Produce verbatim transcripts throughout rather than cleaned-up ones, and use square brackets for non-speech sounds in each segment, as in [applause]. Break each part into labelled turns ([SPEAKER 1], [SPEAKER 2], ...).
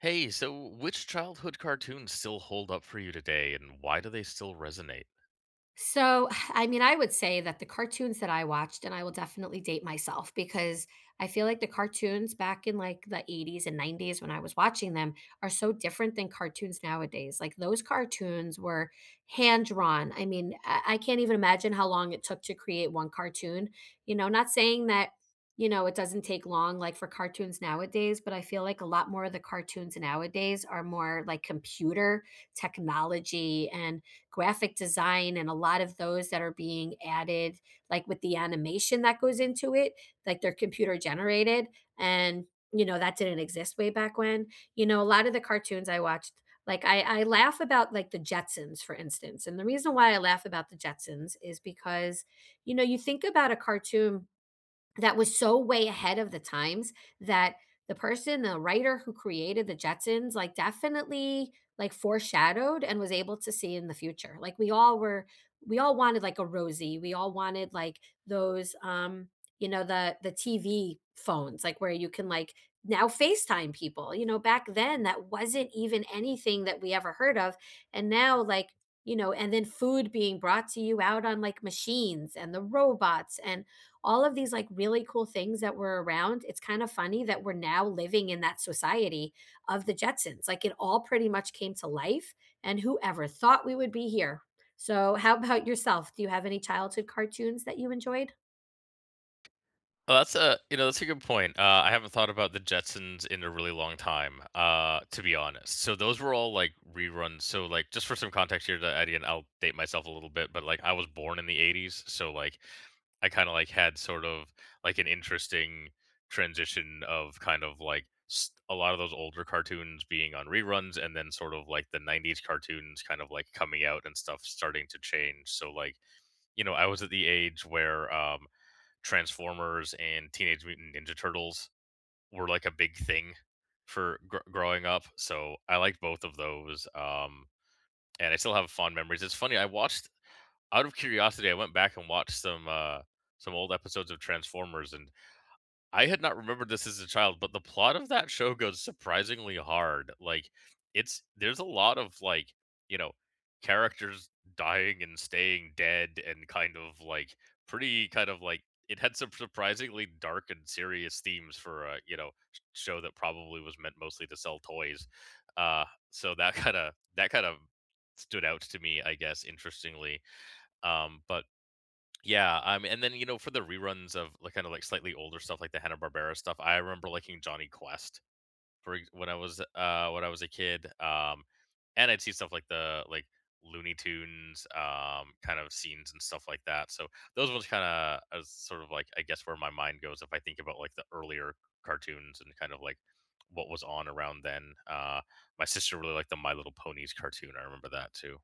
[SPEAKER 1] Hey, so which childhood cartoons still hold up for you today and why do they still resonate?
[SPEAKER 2] So, [sighs] I mean, I would say that the cartoons that I watched and I will definitely date myself because I feel like the cartoons back in like the eighties and nineties when I was watching them are so different than cartoons nowadays. Like those cartoons were hand drawn. I mean, I, I can't even imagine how long it took to create one cartoon. You know, not saying that, you know, it doesn't take long like for cartoons nowadays, but I feel like a lot more of the cartoons nowadays are more like computer technology and graphic design and a lot of those that are being added, like with the animation that goes into it, like they're computer generated. And, you know, that didn't exist way back when. You know, a lot of the cartoons I watched, like I, I laugh about like the Jetsons, for instance. And the reason why I laugh about the Jetsons is because, you know, you think about a cartoon that was so way ahead of the times that the person, the writer who created the Jetsons, like, definitely, like, foreshadowed and was able to see in the future. Like, we all were we all wanted, like, a Rosie. We all wanted, like, those, um, you know, the the T V phones, like, where you can, like, now FaceTime people. You know, back then, that wasn't even anything that we ever heard of, and now, like, you know and then food being brought to you out on, like, machines and the robots, and all of these like really cool things that were around. It's kind of funny that we're now living in that society of the Jetsons. Like it all pretty much came to life, and whoever thought we would be here. So, how about yourself? Do you have any childhood cartoons that you enjoyed?
[SPEAKER 1] Well, that's a you know that's a good point. Uh, I haven't thought about the Jetsons in a really long time, uh, to be honest. So those were all like reruns. So like just for some context here, to Eddie, and I'll date myself a little bit, but like I was born in the eighties. So like I kind of like had sort of like an interesting transition of kind of like s- a lot of those older cartoons being on reruns, and then sort of like the nineties cartoons kind of like coming out and stuff starting to change. So like you know I was at the age where um Transformers and Teenage Mutant Ninja Turtles were like a big thing for gr- growing up. So I liked both of those. Um, and I still have fond memories. It's funny. I watched out of curiosity. I went back and watched some uh, some old episodes of Transformers, and I had not remembered this as a child, but the plot of that show goes surprisingly hard. Like it's there's a lot of like, you know, characters dying and staying dead, and kind of like pretty kind of like it had some surprisingly dark and serious themes for a you know, sh- show that probably was meant mostly to sell toys. Uh so that [laughs] kind of that kind of stood out to me, I guess, interestingly. Um but yeah, um, and then, you know, for the reruns of, like, kinda, like, slightly older stuff, like the Hanna-Barbera stuff, I remember liking Johnny Quest for ex when I was, uh when I was a kid, um, and I'd see stuff like the like, Looney Tunes, um, kind of scenes and stuff like that, so those ones kinda as sort of like, I guess, where my mind goes if I think about, like, the earlier cartoons and kind of, like, what was on around then. Uh, my sister really liked the My Little Ponies cartoon, I remember that too.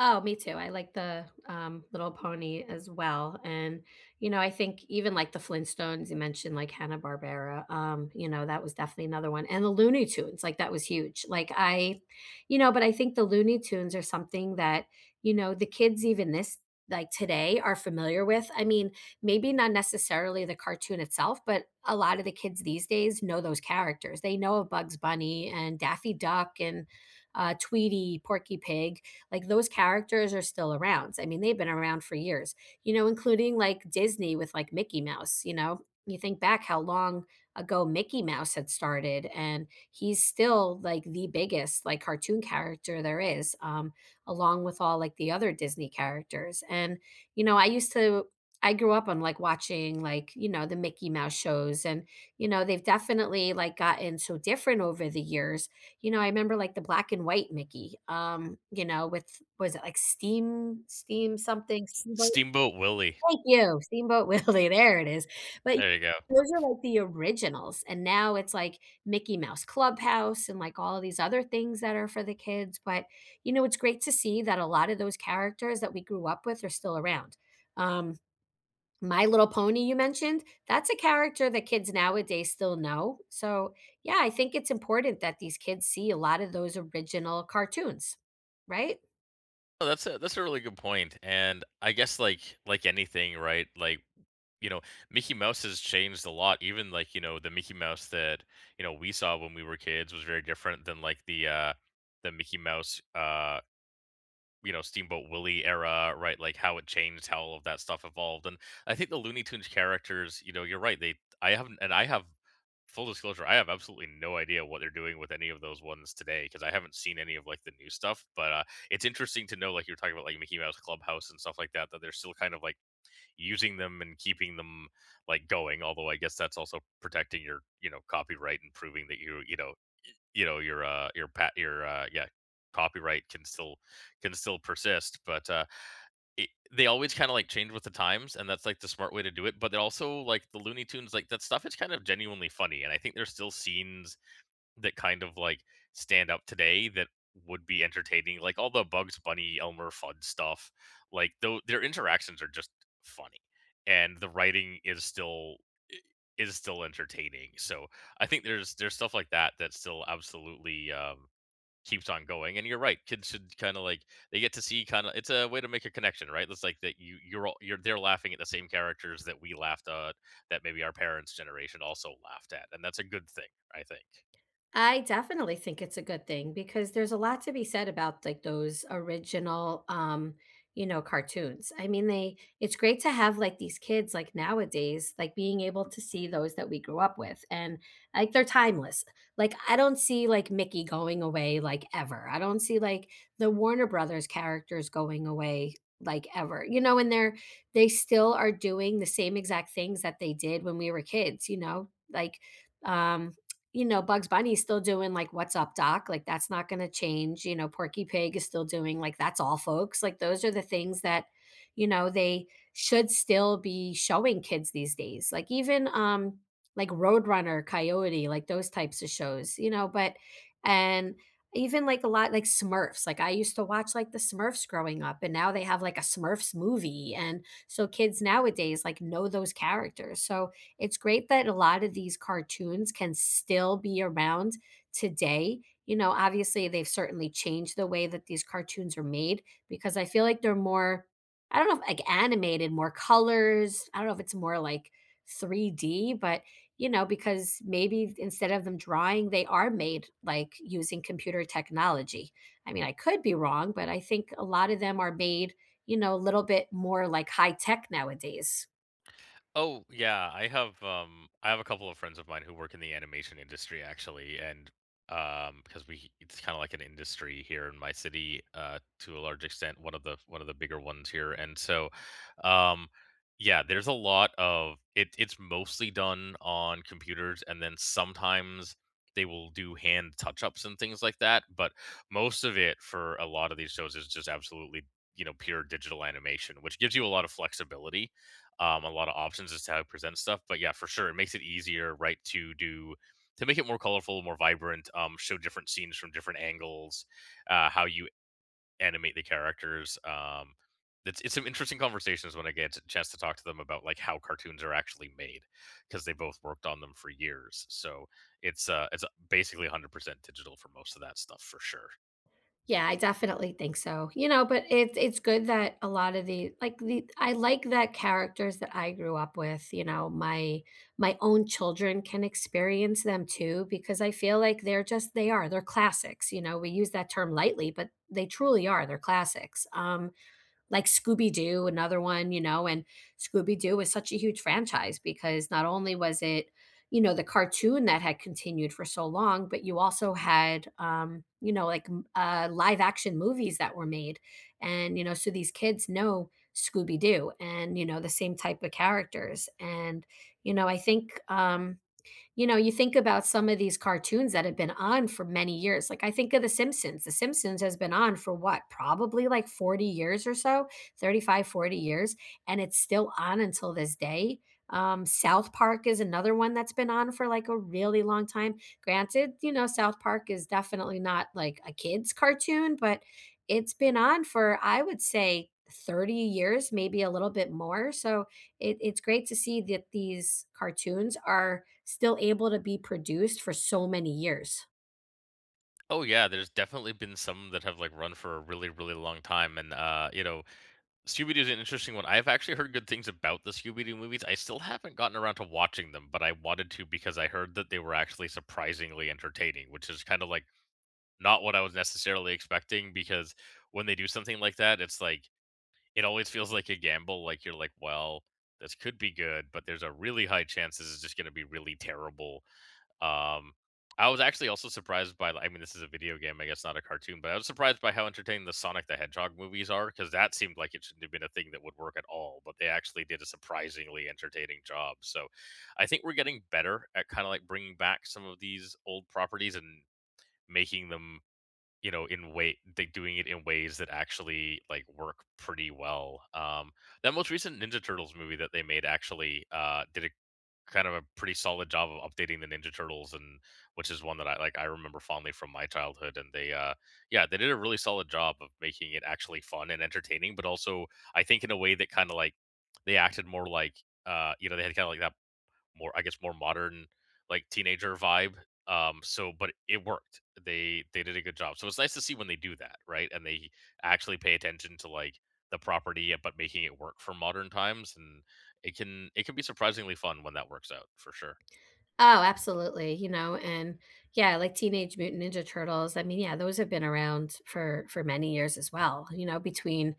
[SPEAKER 2] Oh, me too. I like the um, Little Pony as well, and you know, I think even like the Flintstones, you mentioned like Hanna Barbera. Um, you know, that was definitely another one, and the Looney Tunes, like that was huge. Like I, you know, but I think the Looney Tunes are something that you know the kids even this like today are familiar with. I mean, maybe not necessarily the cartoon itself, but a lot of the kids these days know those characters. They know of Bugs Bunny and Daffy Duck and uh, Tweety, Porky Pig, like those characters are still around. I mean, they've been around for years, you know, including like Disney with like Mickey Mouse, you know. You think back how long ago Mickey Mouse had started, and he's still like the biggest like cartoon character there is, um, along with all like the other Disney characters. And you know, I used to I grew up on like watching like, you know, the Mickey Mouse shows. And you know, they've definitely like gotten so different over the years. You know, I remember like the black and white Mickey, um, you know, with was it like Steam Steam something, Steamboat,
[SPEAKER 1] Steamboat Willie,
[SPEAKER 2] thank you, Steamboat Willie. [laughs] There it is. But
[SPEAKER 1] there you go.
[SPEAKER 2] those are like the originals, and now it's like Mickey Mouse Clubhouse and like all of these other things that are for the kids, but, you know, it's great to see that a lot of those characters that we grew up with are still around. Um, my Little Pony, you mentioned, that's a character that kids nowadays still know. So, yeah, I think it's important that these kids see a lot of those original cartoons, right?
[SPEAKER 1] Oh, that's a that's a really good point, and I guess like like anything, right? Like, you know, Mickey Mouse has changed a lot. Even like, you know, the Mickey Mouse that, you know, we saw when we were kids was very different than like the uh the Mickey Mouse uh you know, Steamboat Willie era, right? Like how it changed, how all of that stuff evolved. And I think the Looney Tunes characters, you know, you're right. They I haven't and I have full disclosure, I have absolutely no idea what they're doing with any of those ones today because I haven't seen any of like the new stuff. But uh, it's interesting to know, like you're talking about, like Mickey Mouse Clubhouse and stuff like that, that they're still kind of like using them and keeping them like going. Although I guess that's also protecting your, you know, copyright and proving that you, you know, you know your uh your pat your uh yeah copyright can still can still persist, but uh it, they always kind of like change with the times, and that's like the smart way to do it. But they're also like the Looney Tunes. Like that stuff is kind of genuinely funny, and I think there's still scenes that kind of like stand up today that would be entertaining, like all the Bugs Bunny Elmer Fudd stuff. Like though their interactions are just funny and the writing is still is still entertaining, so I think there's there's stuff like that that's still absolutely um keeps on going. And you're right, kids should kind of like they get to see kind of it's a way to make a connection, right? It's like that you you're all you're they're laughing at the same characters that we laughed at, that maybe our parents generation also laughed at, and that's a good thing, I think.
[SPEAKER 2] I definitely think it's a good thing because there's a lot to be said about like those original um you know cartoons. I mean, they it's great to have like these kids like nowadays like being able to see those that we grew up with, and like they're timeless. Like I don't see like Mickey going away like ever. I don't see like the Warner Brothers characters going away like ever. You know, and they're they still are doing the same exact things that they did when we were kids, you know? Like, um, you know, Bugs Bunny's still doing, like, "What's up, doc?" Like, that's not gonna change. You know, Porky Pig is still doing, like, "That's all, folks." Like, those are the things that, you know, they should still be showing kids these days. Like, even, um, like, Roadrunner, Coyote, like, those types of shows, you know. But and even, like, a lot like, Smurfs. Like, I used to watch, like, the Smurfs growing up, and now they have, like, a Smurfs movie, and so kids nowadays, like, know those characters. So it's great that a lot of these cartoons can still be around today. You know, obviously, they've certainly changed the way that these cartoons are made because I feel like they're more, I don't know if like animated, more colors. I don't know if it's more like three D, but you know, because maybe instead of them drawing, they are made like using computer technology. I mean, I could be wrong, but I think a lot of them are made, you know, a little bit more like high tech nowadays.
[SPEAKER 1] Oh, yeah, I have um I have a couple of friends of mine who work in the animation industry, actually. And um because we it's kind of like an industry here in my city, uh to a large extent, one of the one of the bigger ones here. And so um yeah, there's a lot of it. It's mostly done on computers, and then sometimes they will do hand touch-ups and things like that, but most of it for a lot of these shows is just absolutely, you know, pure digital animation, which gives you a lot of flexibility, um, a lot of options as to how it presents stuff. But yeah, for sure, it makes it easier, right, to do to make it more colorful, more vibrant, um, show different scenes from different angles, uh, how you animate the characters. Um, it's it's some interesting conversations when I get a chance to talk to them about like how cartoons are actually made because they both worked on them for years. So it's uh it's basically one hundred percent digital for most of that stuff for sure.
[SPEAKER 2] Yeah, I definitely think so. You know, but it's it's good that a lot of the like the I like that characters that I grew up with, you know, my my own children can experience them too because I feel like they're just they are. They're classics, you know. We use that term lightly, but they truly are. They're classics. Um, like Scooby Doo, another one, you know, and Scooby Doo was such a huge franchise because not only was it, you know, the cartoon that had continued for so long, but you also had, um, you know, like m- uh, live action movies that were made. And, you know, so these kids know Scooby Doo and, you know, the same type of characters. And, you know, I think, um, you know, you think about some of these cartoons that have been on for many years. Like I think of The Simpsons. The Simpsons has been on for what? Probably like forty years or so, thirty-five, forty years, and it's still on until this day. Um, South Park is another one that's been on for like a really long time. Granted, you know, South Park is definitely not like a kid's cartoon, but it's been on for, I would say, thirty years, maybe a little bit more. So it, it's great to see that these cartoons are still able to be produced for so many years.
[SPEAKER 1] Oh yeah, there's definitely been some that have like run for a really really long time. And uh you know Scooby Doo is an interesting one. I've actually heard good things about the Scooby Doo movies. I still haven't gotten around to watching them, but I wanted to because I heard that they were actually surprisingly entertaining, which is kind of like not what I was necessarily expecting. Because when they do something like that, it's like it always feels like a gamble. Like you're like, well, this could be good, but there's a really high chance this is just going to be really terrible. Um, I was actually also surprised by, I mean, this is a video game, I guess not a cartoon, but I was surprised by how entertaining the Sonic the Hedgehog movies are because that seemed like it shouldn't have been a thing that would work at all, but they actually did a surprisingly entertaining job. So I think we're getting better at kind of like bringing back some of these old properties and making them, you know, in way, they doing it in ways that actually like work pretty well. Um, that most recent Ninja Turtles movie that they made actually uh, did a kind of a pretty solid job of updating the Ninja Turtles, and which is one that I like I remember fondly from my childhood. And they uh yeah, they did a really solid job of making it actually fun and entertaining, but also I think in a way that kind of like they acted more like uh you know, they had kind of like that more, I guess, more modern like teenager vibe. Um, so but it worked. They they did a good job. So it's nice to see when they do that, right? And they actually pay attention to like the property, yeah, but making it work for modern times. And it can it can be surprisingly fun when that works out for sure.
[SPEAKER 2] Oh, absolutely, you know, and yeah, like Teenage Mutant Ninja Turtles, I mean, yeah, those have been around for for many years as well, you know, between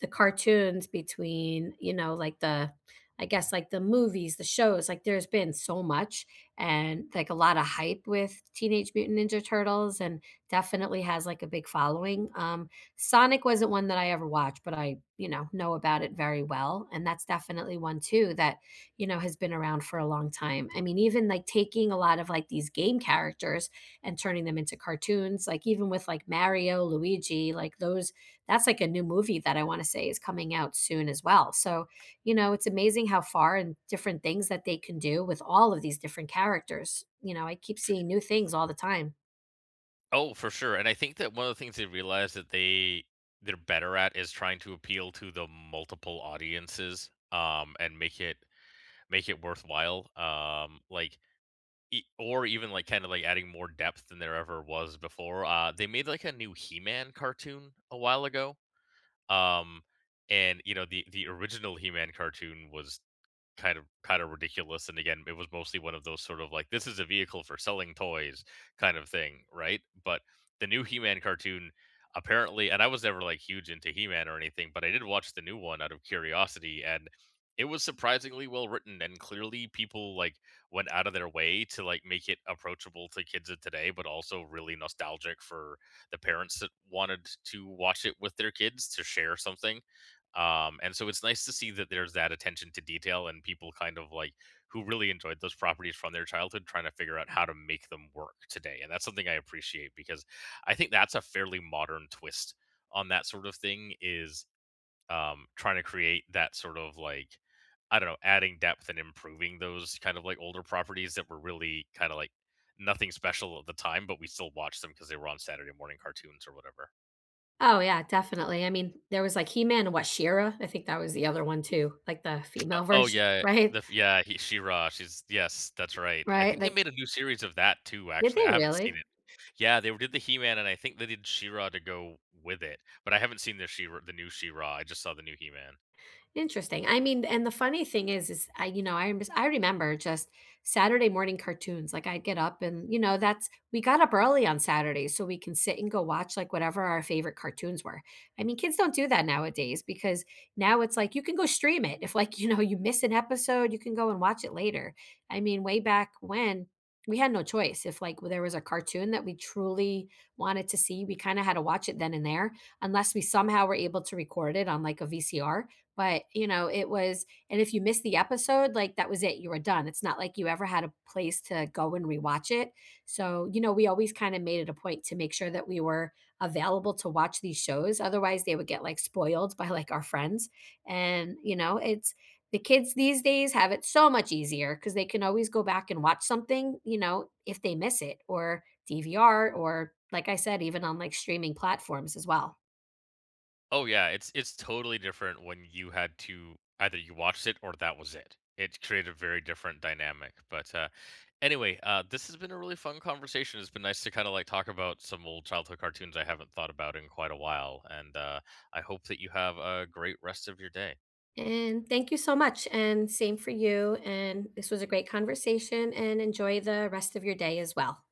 [SPEAKER 2] the cartoons, between, you know, like the I guess like the movies, the shows, like there's been so much, and like a lot of hype with Teenage Mutant Ninja Turtles and definitely has like a big following. Um, Sonic wasn't one that I ever watched, but I, you know, know about it very well. And that's definitely one too that, you know, has been around for a long time. I mean, even like taking a lot of like these game characters and turning them into cartoons, like even with like Mario, Luigi, like those, that's like a new movie that I want to say is coming out soon as well. So, you know, it's amazing how far and different things that they can do with all of these different characters. You know, I keep seeing new things all the time.
[SPEAKER 1] Oh, for sure. And I think that one of the things they realize that they they're better at is trying to appeal to the multiple audiences, um and make it make it worthwhile. Um like, E or even, like, kinda, like, adding more depth than there ever was before. Uh, they made, like, a new He-Man cartoon a while ago, um, and, you know, the the original He-Man cartoon was kind of kind of ridiculous, and again it was mostly one of those sort of like this is a vehicle for selling toys kind of thing, right? But the new He-Man cartoon, apparently, and I was never like huge into He-Man or anything, but I did watch the new one out of curiosity, and it was surprisingly well written, and clearly people like went out of their way to like make it approachable to kids of today but also really nostalgic for the parents that wanted to watch it with their kids to share something. Um and so it's nice to see that there's that attention to detail and people kind of like who really enjoyed those properties from their childhood trying to figure out how to make them work today, and that's something I appreciate because I think that's a fairly modern twist on that sort of thing is um trying to create that sort of like, I don't know, adding depth and improving those kind of like older properties that were really kind of like nothing special at the time, but we still watched them because they were on Saturday morning cartoons or whatever.
[SPEAKER 2] Oh yeah, definitely. I mean, there was like He-Man and what She-Ra. I think that was the other one too, like the
[SPEAKER 1] Uh,
[SPEAKER 2] female
[SPEAKER 1] oh,
[SPEAKER 2] version, [laughs]
[SPEAKER 1] yeah, the
[SPEAKER 2] right?
[SPEAKER 1] f yeah, he She-Ra, she's Yes, that's right. I
[SPEAKER 2] Right?
[SPEAKER 1] think they
[SPEAKER 2] Like,
[SPEAKER 1] made a new series of that too,
[SPEAKER 2] did
[SPEAKER 1] actually,
[SPEAKER 2] they
[SPEAKER 1] I haven't seen
[SPEAKER 2] really?
[SPEAKER 1] it. Yeah, they did the He-Man, and I think they did She-Ra to go with it, but I haven't seen the she the new She-Ra, I just saw the new He-Man.
[SPEAKER 2] Interesting. I mean, and the funny thing is, is I, you know, I rem- I remember just Saturday morning cartoons. Like I'd get up, and you know, that's we got up early on Saturdays so we can sit and go watch like whatever our favorite cartoons were. I mean, kids don't do that nowadays because now it's like you can go stream it. If like, [laughs] you know, you miss an episode, you can go and watch it later. I mean, way back when, we had no choice. If like there was a cartoon that we truly wanted to see, we kind of had to watch it then and there, unless we somehow were able to record it on like a V C R. But, you know, it was and if you missed the episode, like, that was it, you were done. It's not like you ever had a place to go and rewatch it. So, you know, we always kinda made it a point to make sure that we were available to watch these shows, otherwise they would get, like, spoiled [laughs] by, like, our friends, and, you know, it's the kids these days have it so much easier because they can always go back and watch something, you know, if they miss it or D V R or, like I said, even on, like, streaming platforms as well.
[SPEAKER 1] Oh yeah, it's it's totally different when you had to either you watched it or that was it. It created a very different dynamic. But uh anyway, uh this has been a really fun conversation. It's been nice to kind of like talk about some old childhood cartoons I haven't thought about in quite a while. And uh I hope that you have a great rest of your day.
[SPEAKER 2] And thank you so much. And same for you. And this was a great conversation and enjoy the rest of your day as well.